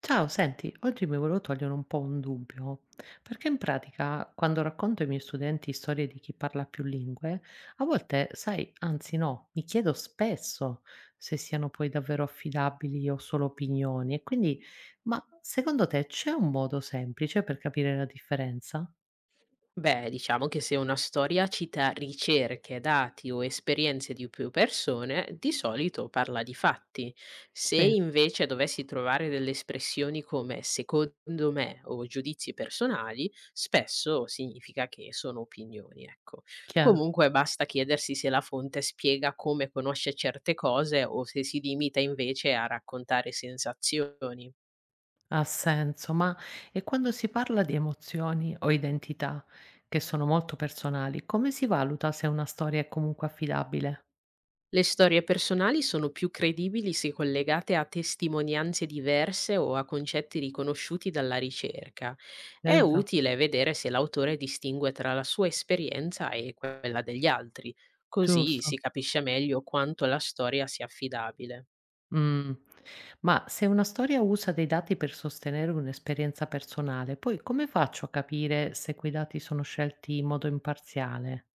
Ciao, senti, oggi mi volevo togliere un po' un dubbio, perché in pratica quando racconto ai miei studenti storie di chi parla più lingue, a volte, sai, anzi no, mi chiedo spesso se siano poi davvero affidabili o solo opinioni, e quindi, ma secondo te c'è un modo semplice per capire la differenza? Beh, diciamo che se una storia cita ricerche, dati o esperienze di più persone, di solito parla di fatti. Se Sì, invece dovessi trovare delle espressioni come secondo me o giudizi personali, spesso significa che sono opinioni, ecco. chiaro, Comunque basta chiedersi se la fonte spiega come conosce certe cose o se si limita invece a raccontare sensazioni. ha senso, ma e quando si parla di emozioni o identità, che sono molto personali, come si valuta se una storia è comunque affidabile? Le storie personali sono più credibili se collegate a testimonianze diverse o a concetti riconosciuti dalla ricerca. È Esa utile vedere se l'autore distingue tra la sua esperienza e quella degli altri, così giusto. si capisce meglio quanto la storia sia affidabile. Mh. Ma se una storia usa dei dati per sostenere un'esperienza personale, poi come faccio a capire se quei dati sono scelti in modo imparziale?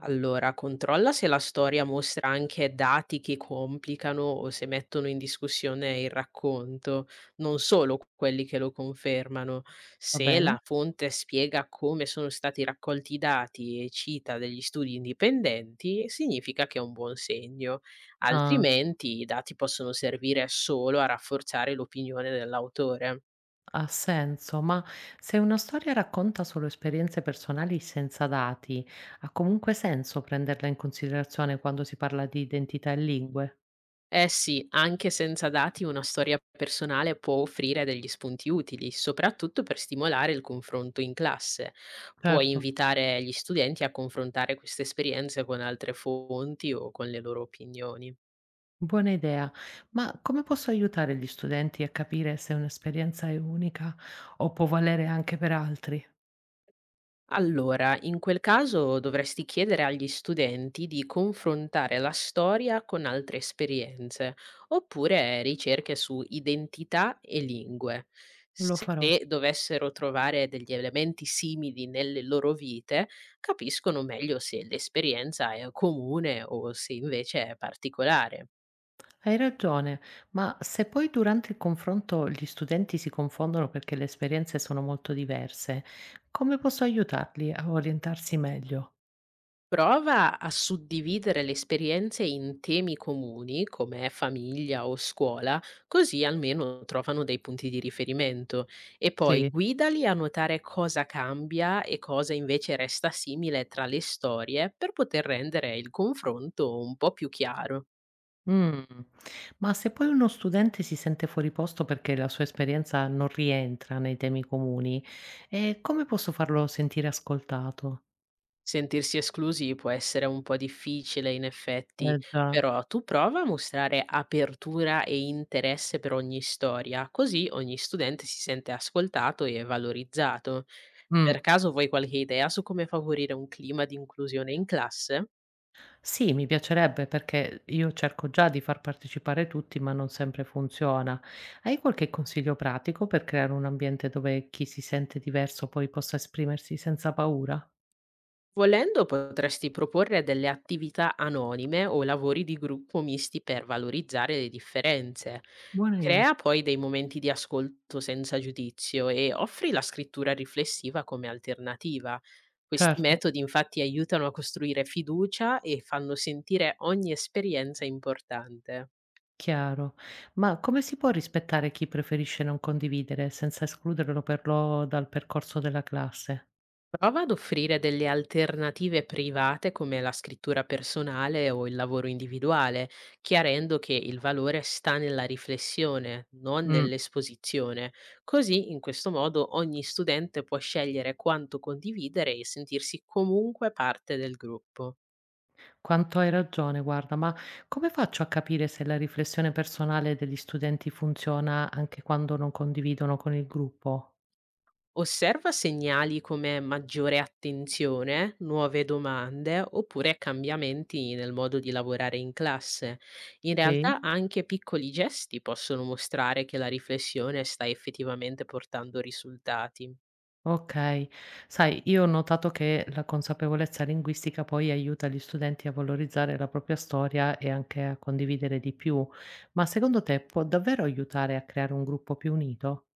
Allora, controlla se la storia mostra anche dati che complicano o se mettono in discussione il racconto, non solo quelli che lo confermano. Va Se bene? la fonte spiega come sono stati raccolti i dati e cita degli studi indipendenti, significa che è un buon segno, Ah, altrimenti i dati possono servire solo a rafforzare l'opinione dell'autore. ha senso, ma se una storia racconta solo esperienze personali senza dati, ha comunque senso prenderla in considerazione quando si parla di identità e lingue? Eh sì, anche senza dati una storia personale può offrire degli spunti utili, soprattutto per stimolare il confronto in classe. Puoi Certo. invitare gli studenti a confrontare queste esperienze con altre fonti o con le loro opinioni. Buona idea, ma come posso aiutare gli studenti a capire se un'esperienza è unica o può valere anche per altri? Allora, in quel caso dovresti chiedere agli studenti di confrontare la storia con altre esperienze, oppure ricerche su identità e lingue. Lo Se farò. dovessero trovare degli elementi simili nelle loro vite, capiscono meglio se l'esperienza è comune o se invece è particolare. Hai ragione, ma se poi durante il confronto gli studenti si confondono perché le esperienze sono molto diverse, come posso aiutarli a orientarsi meglio? Prova a suddividere le esperienze in temi comuni, come famiglia o scuola, così almeno trovano dei punti di riferimento. E poi Sì. guidali a notare cosa cambia e cosa invece resta simile tra le storie per poter rendere il confronto un po' più chiaro. Mm. Ma se poi uno studente si sente fuori posto perché la sua esperienza non rientra nei temi comuni, come posso farlo sentire ascoltato? Sentirsi esclusi può essere un po' difficile in effetti, Eh già. però tu prova a mostrare apertura e interesse per ogni storia, così ogni studente si sente ascoltato e valorizzato. Mh. Per caso vuoi qualche idea su come favorire un clima di inclusione in classe? Sì, mi piacerebbe perché io cerco già di far partecipare tutti, ma non sempre funziona. Hai qualche consiglio pratico per creare un ambiente dove chi si sente diverso poi possa esprimersi senza paura? Volendo potresti proporre delle attività anonime o lavori di gruppo misti per valorizzare le differenze. Buona idea. Crea poi dei momenti di ascolto senza giudizio e offri la scrittura riflessiva come alternativa. Questi Certo, metodi infatti aiutano a costruire fiducia e fanno sentire ogni esperienza importante. chiaro. Ma come si può rispettare chi preferisce non condividere senza escluderlo per lo dal percorso della classe? Prova ad offrire delle alternative private come la scrittura personale o il lavoro individuale, chiarendo che il valore sta nella riflessione, non Mh. nell'esposizione. Così, in questo modo, ogni studente può scegliere quanto condividere e sentirsi comunque parte del gruppo. Quanto hai ragione, guarda, ma come faccio a capire se la riflessione personale degli studenti funziona anche quando non condividono con il gruppo? Osserva segnali come maggiore attenzione, nuove domande oppure cambiamenti nel modo di lavorare in classe. In Sì. realtà anche piccoli gesti possono mostrare che la riflessione sta effettivamente portando risultati. Ok, sai, io ho notato che la consapevolezza linguistica poi aiuta gli studenti a valorizzare la propria storia e anche a condividere di più, ma secondo te può davvero aiutare a creare un gruppo più unito?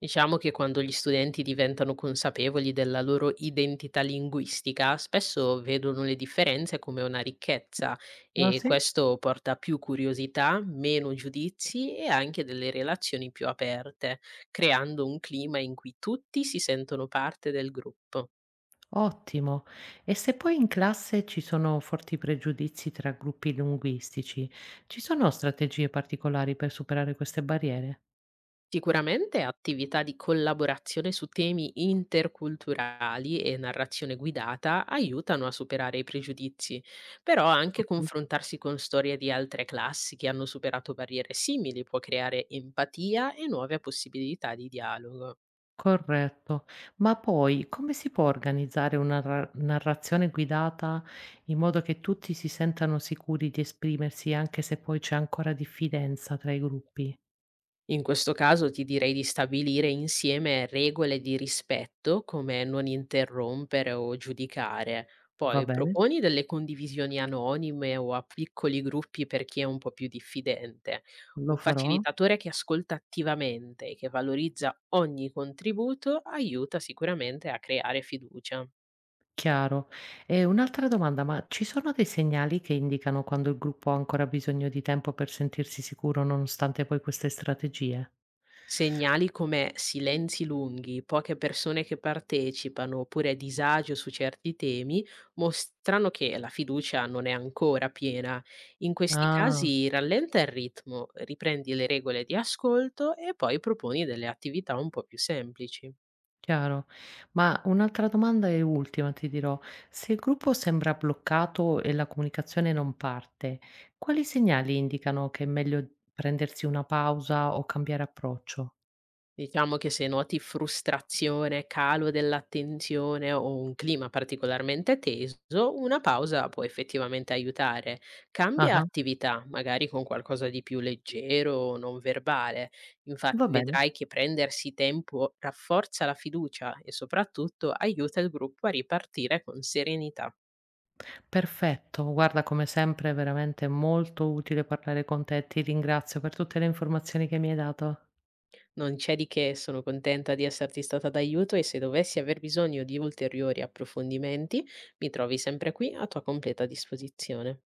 Diciamo che quando gli studenti diventano consapevoli della loro identità linguistica, spesso vedono le differenze come una ricchezza Ah, e sì? questo porta a più curiosità, meno giudizi e anche delle relazioni più aperte, creando un clima in cui tutti si sentono parte del gruppo. Ottimo. E se poi in classe ci sono forti pregiudizi tra gruppi linguistici, ci sono strategie particolari per superare queste barriere? Sicuramente attività di collaborazione su temi interculturali e narrazione guidata aiutano a superare i pregiudizi, però anche Ok. confrontarsi con storie di altre classi che hanno superato barriere simili può creare empatia e nuove possibilità di dialogo. Corretto. Ma poi come si può organizzare una narrazione guidata in modo che tutti si sentano sicuri di esprimersi anche se poi c'è ancora diffidenza tra i gruppi? In questo caso ti direi di stabilire insieme regole di rispetto, come non interrompere o giudicare. Va Poi bene, proponi delle condivisioni anonime o a piccoli gruppi per chi è un po' più diffidente. Un lo farò. facilitatore che ascolta attivamente e che valorizza ogni contributo aiuta sicuramente a creare fiducia. Chiaro. E un'altra domanda, ma ci sono dei segnali che indicano quando il gruppo ha ancora bisogno di tempo per sentirsi sicuro nonostante poi queste strategie? Segnali come silenzi lunghi, poche persone che partecipano oppure disagio su certi temi mostrano che la fiducia non è ancora piena. In questi Ah, casi rallenta il ritmo, riprendi le regole di ascolto e poi proponi delle attività un po' più semplici. chiaro. Ma un'altra domanda e ultima ti dirò, se il gruppo sembra bloccato e la comunicazione non parte, quali segnali indicano che è meglio prendersi una pausa o cambiare approccio? Diciamo che se noti frustrazione, calo dell'attenzione o un clima particolarmente teso, una pausa può effettivamente aiutare. Ah, Cambia ah, attività, magari con qualcosa di più leggero o non verbale. va Infatti bene. vedrai che prendersi tempo rafforza la fiducia e soprattutto aiuta il gruppo a ripartire con serenità. Perfetto, guarda come sempre è veramente molto utile parlare con te. Ti ringrazio per tutte le informazioni che mi hai dato. Non c'è di che, sono contenta di esserti stata d'aiuto e se dovessi aver bisogno di ulteriori approfondimenti, mi trovi sempre qui a tua completa disposizione.